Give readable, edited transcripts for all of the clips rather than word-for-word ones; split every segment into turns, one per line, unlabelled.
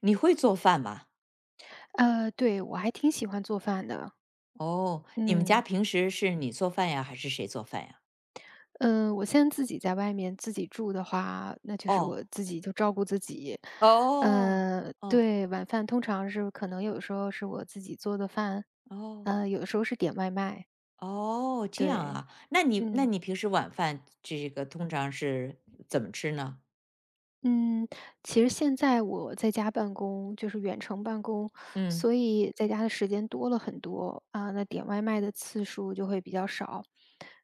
你会做饭吗？
对，我还挺喜欢做饭的。
哦，你们家
嗯
平时是你做饭呀，还是谁做饭呀？
嗯，我现在自己在外面自己住的话，那就是
哦，
我自己就照顾自己。
哦，哦，
对，晚饭通常是可能有时候是我自己做的饭，
哦，
有时候是点外卖。
哦，这样
对，
啊。那你那
嗯。
你平时晚饭这个通常是怎么吃呢？
嗯，其实现在我在家办公，就是远程办公，
嗯，
所以在家的时间多了很多啊，那点外卖的次数就会比较少，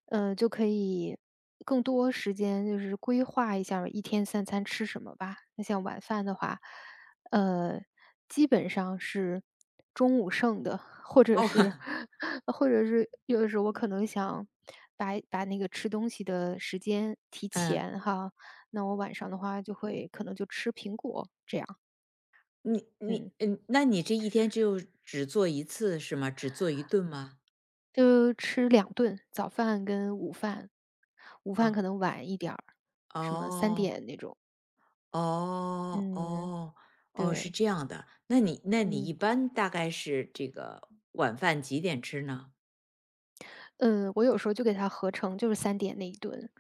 就可以更多时间就是规划一下一天三餐吃什么吧。那像晚饭的话，呃，基本上是中午剩的，或者
哦，
是 或者是有的时候我可能想把那个吃东西的时间提
嗯，
前哈。那我晚上的话就会可能就吃苹果这样。
你你
嗯，
嗯，那你这一天就只做一次是吗？只做一顿吗？
就吃两顿，早饭跟午饭。午饭
啊、
可能晚一点儿，什么三
哦，
点那种，
哦，
嗯，
哦，哦，是
对。
这样的。那你一
嗯。
般大概是这个晚饭几点吃呢？
嗯，我有时候就给它合成就是3点那一顿，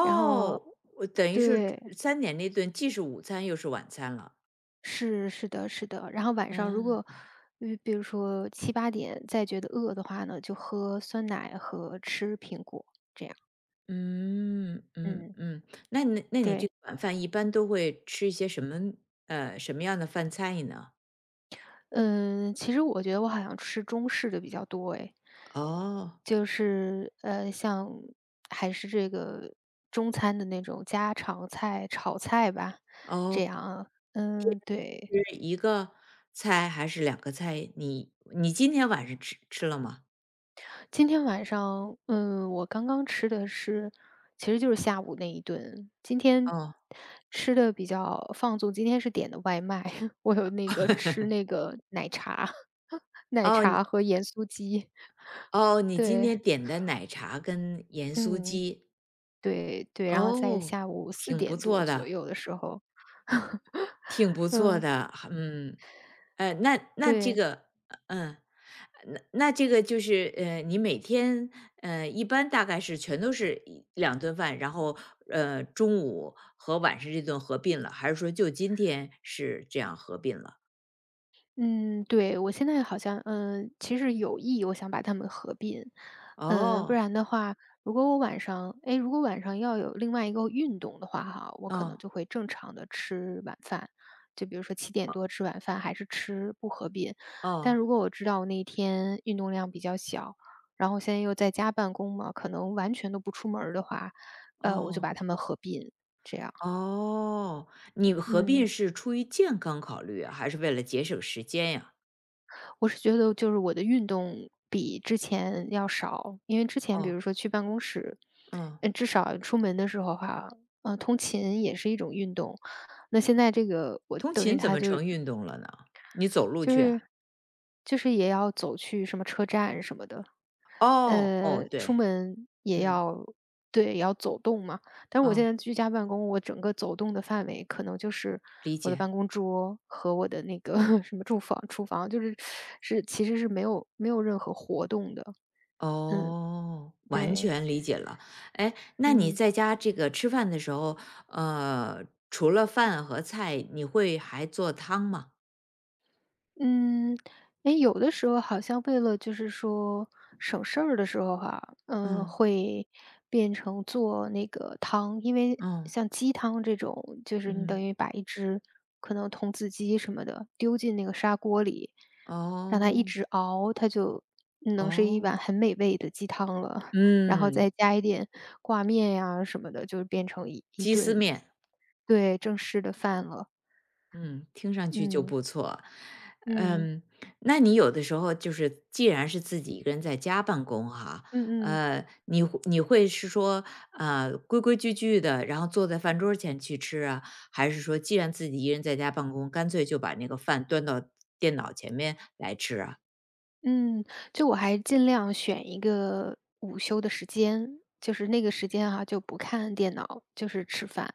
然后
我等于是
对，
3点那顿既是午餐又是晚餐了。
是是的是的，然后晚上如
嗯。
果，比如说7、8点再觉得饿的话呢，就喝酸奶和吃苹果，这样。
嗯，嗯
嗯，
嗯，那你这
对。
个晚饭一般都会吃一些什么什么样的饭菜呢？
嗯，其实我觉得我好像吃中式的比较多诶。
哦，
就是，像还是这个中餐的那种家常菜、炒菜吧，
哦，
这样啊。嗯，对。
是一个菜还是两个菜？你今天晚上吃了吗？
今天晚上，我刚刚吃的是其实就是下午那一顿。今天
哦，
吃的比较放纵，今天是点的外卖，我有那个吃那个奶茶，奶
哦，
茶和盐酥鸡，
哦，你今
对，
天点的奶茶跟盐酥
嗯。
鸡，
对对，然后在
哦，
下午四
挺不
点多
错
左
的，
右的时候，
挺不错
嗯。
的，嗯。那这
对。
个，嗯，那这个就是，你每天，一般大概是全都是一两顿饭，然后，中午和晚上这顿合并了，还是说就今天是这样合并了？
嗯，对，我现在好像嗯，其实有意我想把它们合并。不
哦，
然的话，如果我晚上哎，如果晚上要有另外一个运动的话哈，我可
哦，
能就会正常的吃晚饭，就比如说七点
哦，
多吃晚饭还是吃，不合并。但
哦，
如果我知道我那一天运动量比较小，然后现在又在家办公嘛，可能完全都不出门儿的话，我就
哦，
把它们合并，这样。
哦，你合并
嗯，
是出于健康考虑啊，还是为了节省时间呀？
我是觉得就是我的运动比之前要少，因为之前比
哦，
如说去办公室，
嗯，
至少出门的时候哈，通勤也是一种运动。那现在这个我
通
等于
勤怎
它
么
就
成运动了呢？你走路
就
去啊？
是就是也要走去什么车站什么的，
哦，哦，
出
对，
门也
嗯，
要对，也要走动嘛。但是我现
哦。
在居家办公，我整个走动的范围可能就是
理
我的
解，
办公桌和我的那个 什么住房、厨房，就是其实是没有任何活动的。
哦，完
对，
全理解了。哎，那你
嗯。
在家这个吃饭的时候，呃，除了饭和菜，你会还做汤吗？
嗯，哎，有的时候好像为了就是说省事儿的时候哈，嗯，
嗯，
会变成做那个汤，因为
嗯
像鸡汤这种，就是你等
嗯，
于把一只可能童子鸡什么的丢进那个砂锅里，让它一
哦，
直熬，它就能是一
哦，
碗很美味的鸡汤了，然后
嗯，
再加一点挂面呀什么的，就变成一一
鸡丝
顿，
面。
对，正式的饭了。
嗯，听上去就
嗯
不错。
嗯
嗯，那你有的时候就是，既然是自己一个人在家办公哈，
嗯嗯。
你会是说，规规矩矩的，然后坐在饭桌前去吃啊，还是说，既然自己一人在家办公，干脆就把那个饭端到电脑前面来吃啊？
嗯，就我还尽量选一个午休的时间，就是那个时间哈、就不看电脑，就是吃饭，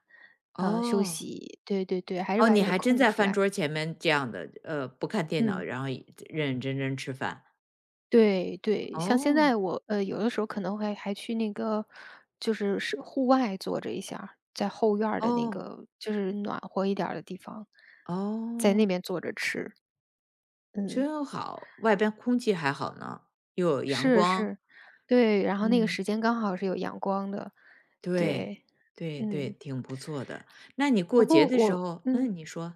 休
哦
息。对对对，还是
哦，
把
你
这个
还真
空
在
出
饭
来。
桌前面这样的，不看电脑，
嗯，
然后认认真真吃饭。
对对，像现
哦
在我有的时候可能会还去那个，就是户外坐着一下儿在后院儿的那
哦
个就是暖和一点儿的地方，在那
哦。
边坐着吃。嗯，
真好，外边空气还好呢，又有阳
是
光。
是，对，然后那个
嗯，
时间刚好是有阳光的，
对，
对，
对对，
嗯。
挺不错的。那你过
不
节
过
的时
我
候
嗯，
你说，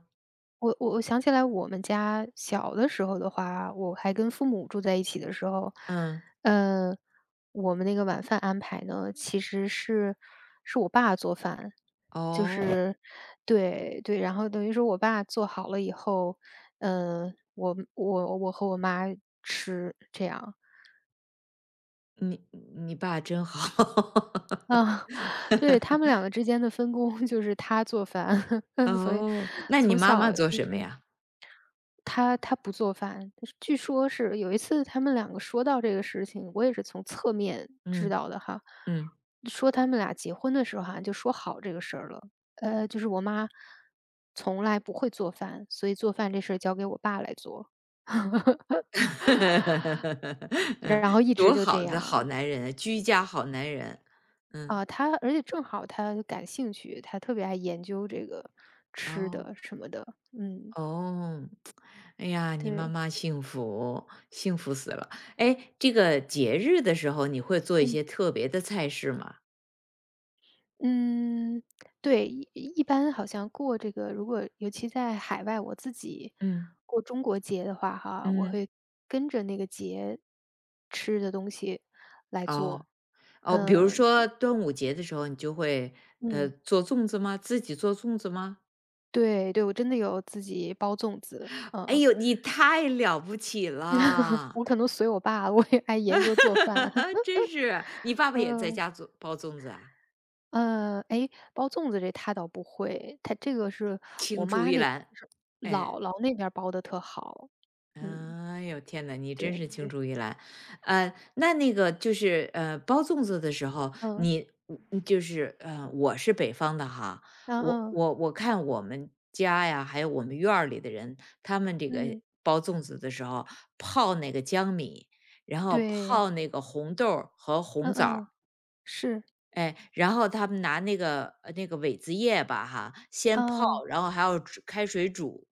我想起来我们家小的时候的话，我还跟父母住在一起的时候，
嗯，
嗯，我们那个晚饭安排呢，其实是我爸做饭，就
哦，
是对对，然后等于说我爸做好了以后，嗯，我和我妈吃这样。
你你爸真好。
啊，对，他们两个之间的分工 就是他做饭，所以
哦，那你
从
妈妈
小
做
一
什么
直
呀？
他不做饭，但是据说是有一次他们两个说到这个事情，我也是从侧面知
嗯，
道的哈。
嗯。
说他们俩结婚的时候好像就说好这个事儿了，就是我妈从来不会做饭，所以做饭这事儿交给我爸来做，
嗯，
然后一直
多
就
好
这
的好
样。
男人啊，居家好男人。嗯，
啊，他而且正好他感兴趣，他特别爱研究这个吃
哦，
的什么的，嗯，
哦。哎呀，你妈
对。
妈幸福，幸福死了。哎，这个节日的时候，你会做一些特别的菜式吗？
嗯，对，一般好像过这个如果尤其在海外，我自己
嗯
过中国节的话哈，我
嗯，
会跟着那个节吃的东西来
哦
做。
哦，比如
呃，
说 端午节的时候，你就会
嗯。
做粽子吗？自己做粽子吗？
对对，我真的有自己包粽子，
哎
嗯，
呦，你太了不起了，
我可能随我爸，我也爱研究做饭。
真是！你爸爸也在
嗯，
家做包粽子啊，
嗯，哎，包粽子这他倒不会，他这个是
青
我
出
妈
于
那边
蓝。
就是
哎，
姥姥那边包的特好。嗯，
哎呦天呐，你真
对
是青
对，
出于蓝，那个就是包粽子的时候，
嗯。
你就是我是北方的哈，
嗯
我
嗯，
我我看我们家呀，还有我们院儿里的人，他们这个
嗯，
包粽子的时候，泡那个江米，然后
对，
泡那个红豆儿和
嗯
红枣儿，
嗯，是，
哎，然后他们拿那个苇子叶吧哈，先泡，
啊，
然后还要煮开水煮，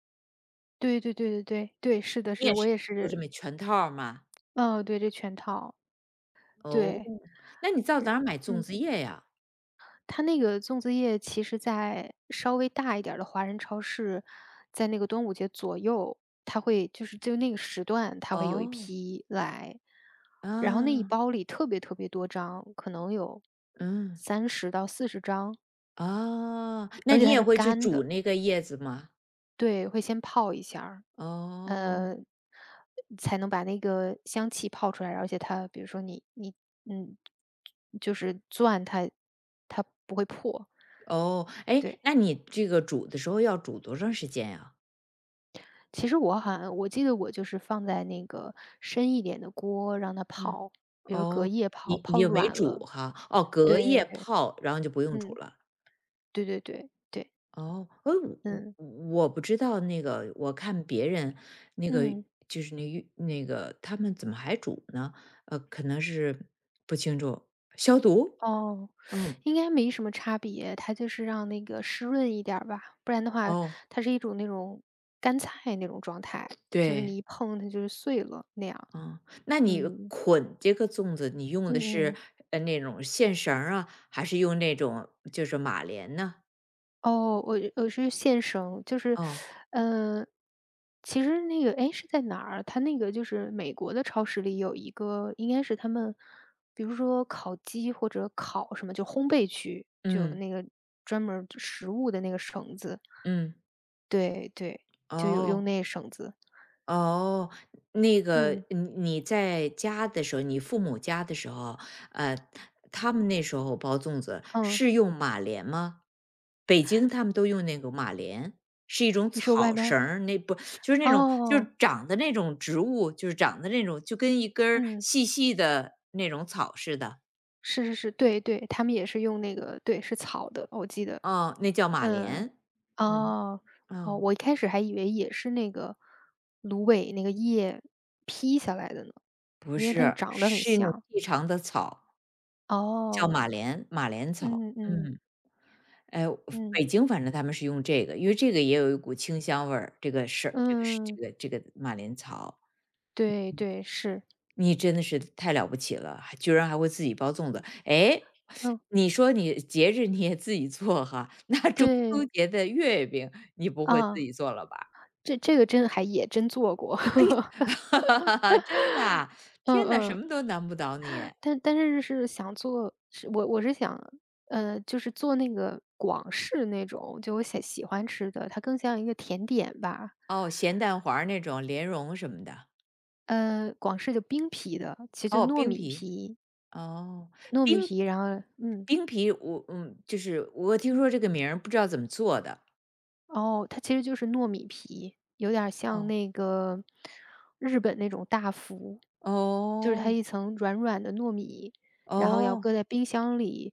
对对对对对，对，是的是
你也
的，我
是
也
做这
是，
么全套儿吗？
嗯，对，这全套，
哦，
对，
那你到哪儿买粽
嗯，
子叶呀？
它那个粽子叶其实在稍微大一点儿的华人超市，在那个端午节左右，它会就是就那个时段，它会有一
哦，
批来，然后那一
啊，
包里特别特别多张，可能有
嗯，
30到40张，
哦，那
而且
你
它
也
是
会去
干
煮
的，
那个叶子吗？
对，会先泡一下儿
哦，
呃，才能把那个香气泡出来，而且它比如说你嗯，就是钻它，它不会破。
哦，哎，
对，
那你这个煮的时候要煮多长时间呀？
其实我好像我记得我就是放在那个深一点的锅让它
嗯，
泡，比如隔
哦，
夜泡，
你
泡
又没
软
煮
了。
哈？哦，隔
对
夜
对，
泡，然后就不用煮
嗯，
了。
对对对对，
哦，哎，我
嗯
我我不知道那个，我看别人那个
嗯。
就是那浴那个他们怎么还煮呢？可能是不清楚消毒。
哦，
嗯，
应该没什么差别，它就是让那个湿润一点儿吧，不然的话，
哦，
它是一种那种干菜那种状态，就是你
对，
一碰它就是碎了那样。
嗯，那你
嗯
捆这个粽子，你用的
嗯
是
嗯，
那种线绳儿啊，还是用那种就是马莲呢？
哦，我我是现生，就是，
哦，
嗯、其实那个哎是在哪儿？它那个就是美国的超市里有一个，应该是他们，比如说烤鸡或者烤什么，就烘焙区就有
嗯
那个专门儿食物的那个绳子，
嗯，
对对，就有用
哦。
那绳子。
哦，那个
嗯，
你在家的时候，你父母家的时候，呃，他们那时候包粽子
嗯，
是用马莲吗？北京他们都用那个马莲，是一种
你说外
草
面
绳
儿
儿，那不就是那种就
哦，
是长的那种植物，就是长的那种就跟一根儿
嗯，
细细的那种草似的，
是是是，对对，他们也是用那个对，是草的，我记得。
哦，那叫马
嗯，
莲。嗯，
哦，哦，
哦，
我一开始还以为也是那个芦苇那个叶劈下来的呢，
不
因为它
是，
长得很
是一种
像。
细长的草，叫
哦，
马莲马莲草，
嗯嗯
嗯。哎，北
嗯，
京反正他们是用这个，因为这个也有一股清香味儿，这个是这个是这
嗯，
个这个马莲草，
对对，是，
你真的是太了不起了，还居然还会自己包粽子。哎，
嗯，
你说你节日你也自己做哈，那中 秋
对，
节的月饼你不会自
啊，
己做了吧？
这这个真还也真做过。
真的啊
嗯
天哪，什么
嗯。
都难不倒你。
但是是想做是我是想，就是做那个广式那种，就我喜欢吃的，它更像一个甜点吧。
哦，咸蛋黄儿那种莲蓉什么的，
广式就冰皮的，其实就
哦，
糯
冰
米
皮，
皮
哦，
糯米
冰
皮，然后嗯。
冰皮，我就是我听说这个名儿，不知道怎么做的。
哦，它其实就是糯米皮，有点儿像
哦
那个日本那种大福，就是它
哦
一层软软的糯米，然后要
哦
搁在冰箱里，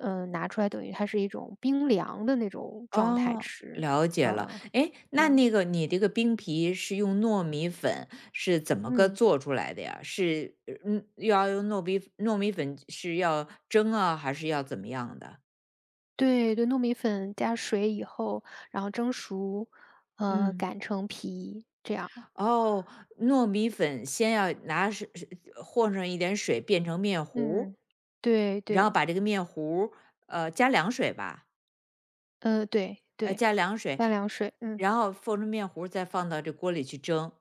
嗯，拿出来等于它是一种冰凉的那种状态
哦，
吃，
了解了。
呃，
哎，那
嗯
那个你这个冰皮是用糯米粉是怎么个
嗯，
做出来的呀？是要用糯米粉是要蒸啊，还是要怎么样的？
对对，糯米粉加水以后，然后蒸熟，
嗯。
擀成皮，这样，
哦，糯米粉先要拿水和上一点水变成面糊儿
嗯，对
然后
对，
把这个面糊儿加凉水吧，
对对，
加凉水，
加凉水，嗯，
然后和成面糊儿再放到这锅里去蒸，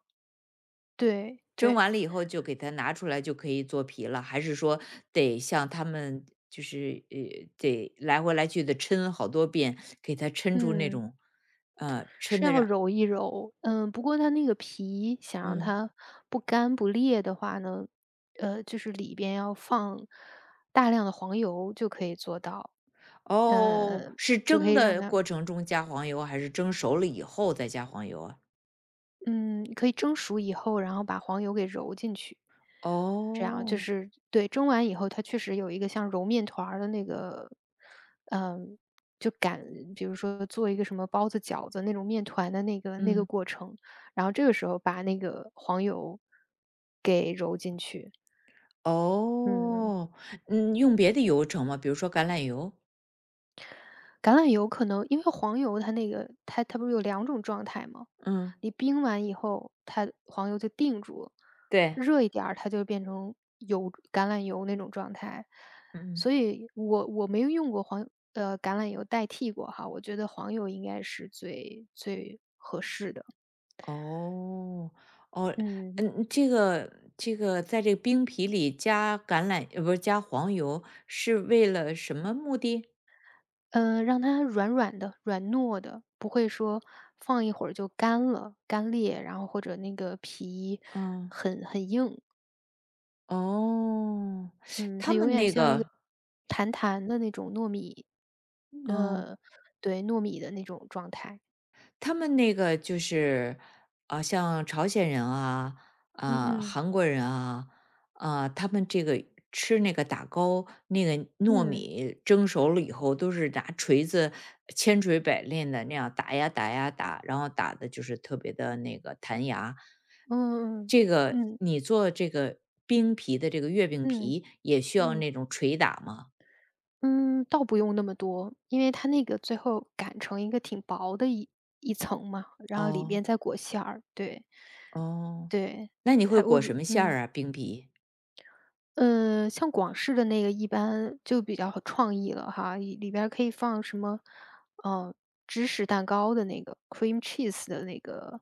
对
蒸
对，
完了以后就给它拿出来就可以做皮了，还是说得像他们就是得来回来去的抻好多遍，给它抻出那
嗯。
种，抻
是
的
要
让
揉一揉，嗯，不过它那个皮想让
嗯。
它不干不裂的话呢，就是里边要放大量的黄油就可以做到，
哦，
呃，
是
就可
蒸
以让
的
它，
过程中加黄油，还是蒸熟了以后再加黄油啊？
嗯，可以蒸熟以后，然后把黄油给揉进去。
哦，
对，蒸完以后它确实有一个像揉面团儿的那个，嗯，就擀比如说做一个什么包子、饺子那种面团的那个那个
嗯。
过程，然后这个时候把那个黄油给揉进去，嗯。
哦，嗯，用别的油盛吗？比如说橄榄油？
橄榄油可能因为黄油它那个它不是有两种状态吗？
嗯。
你冰完以后，它黄油就定住了，
对，
热一点儿它就变成油橄榄油那种状态。
嗯。
所以我没有用过黄橄榄油代替过哈，我觉得黄油应该是最最
哦，哦，
嗯，
嗯，这个在这个冰皮里加橄榄不是加黄油，是为了什么目的？
让它软软的、软糯的，不会说放一会儿就干了、干裂，然后或者那个皮
嗯，
很硬。
哦，
嗯，
他
它永
们
远
那
像一个
个
弹弹的那种糯米，
哦。嗯
呃，对，糯米的那种状态。
他们那个就是，啊、像朝鲜人啊，
嗯
啊、
嗯
韩国人啊，啊、他们这个吃那个打糕，那个糯
嗯
米蒸熟了以后，都是拿锤子千锤百炼的那样打呀打呀打，然后打的就是特别的那个弹牙。
嗯
这个
嗯
你做这个冰皮的这个月饼
嗯
皮，也需要
嗯
那种捶打吗？
嗯，倒不用那么多，因为它那个最后擀成一个挺薄的一层嘛，然后里
哦
边再裹馅儿。对
哦
对，
那你会
它我
裹什么馅
嗯。
儿啊？冰皮？
像广式的那个一般就比较创意了哈，里里边儿可以放什么，呃，芝士蛋糕的那个 cream cheese 的那个，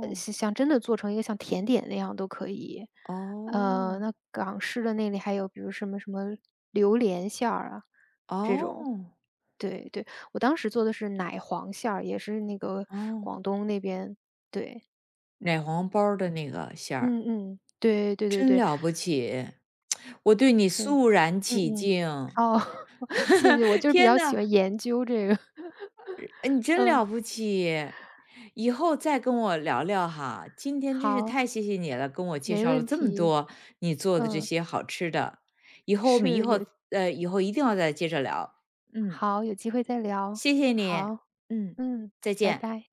像像真的做成一个像甜点那样都可以。
哦，
那港式的那里还有比如什么什么榴莲馅儿啊，这种。
哦，
对对，我当时做的是奶黄馅儿，也是那个
哦，
广东那边，对，
奶黄包儿的那个馅儿，
嗯嗯，对对对
真
对，
了不起！我对你
是。
肃然
嗯
起
嗯，
敬。
哦，谢谢，我 就是比
天
较
呐，
喜
哎
欢研究这个。
你 真了
嗯，
不起！以后再跟我聊聊哈，今天真是
好，
太谢谢你了，跟我介
没
绍了
问
这么
题。
多你做的这
嗯，
些好吃的。以后我们以
是，
后
有
呃，以后一定要再接着聊。嗯，
好，有机会再聊。
谢谢你。
好，
嗯，
嗯，
再
拜
见。
拜。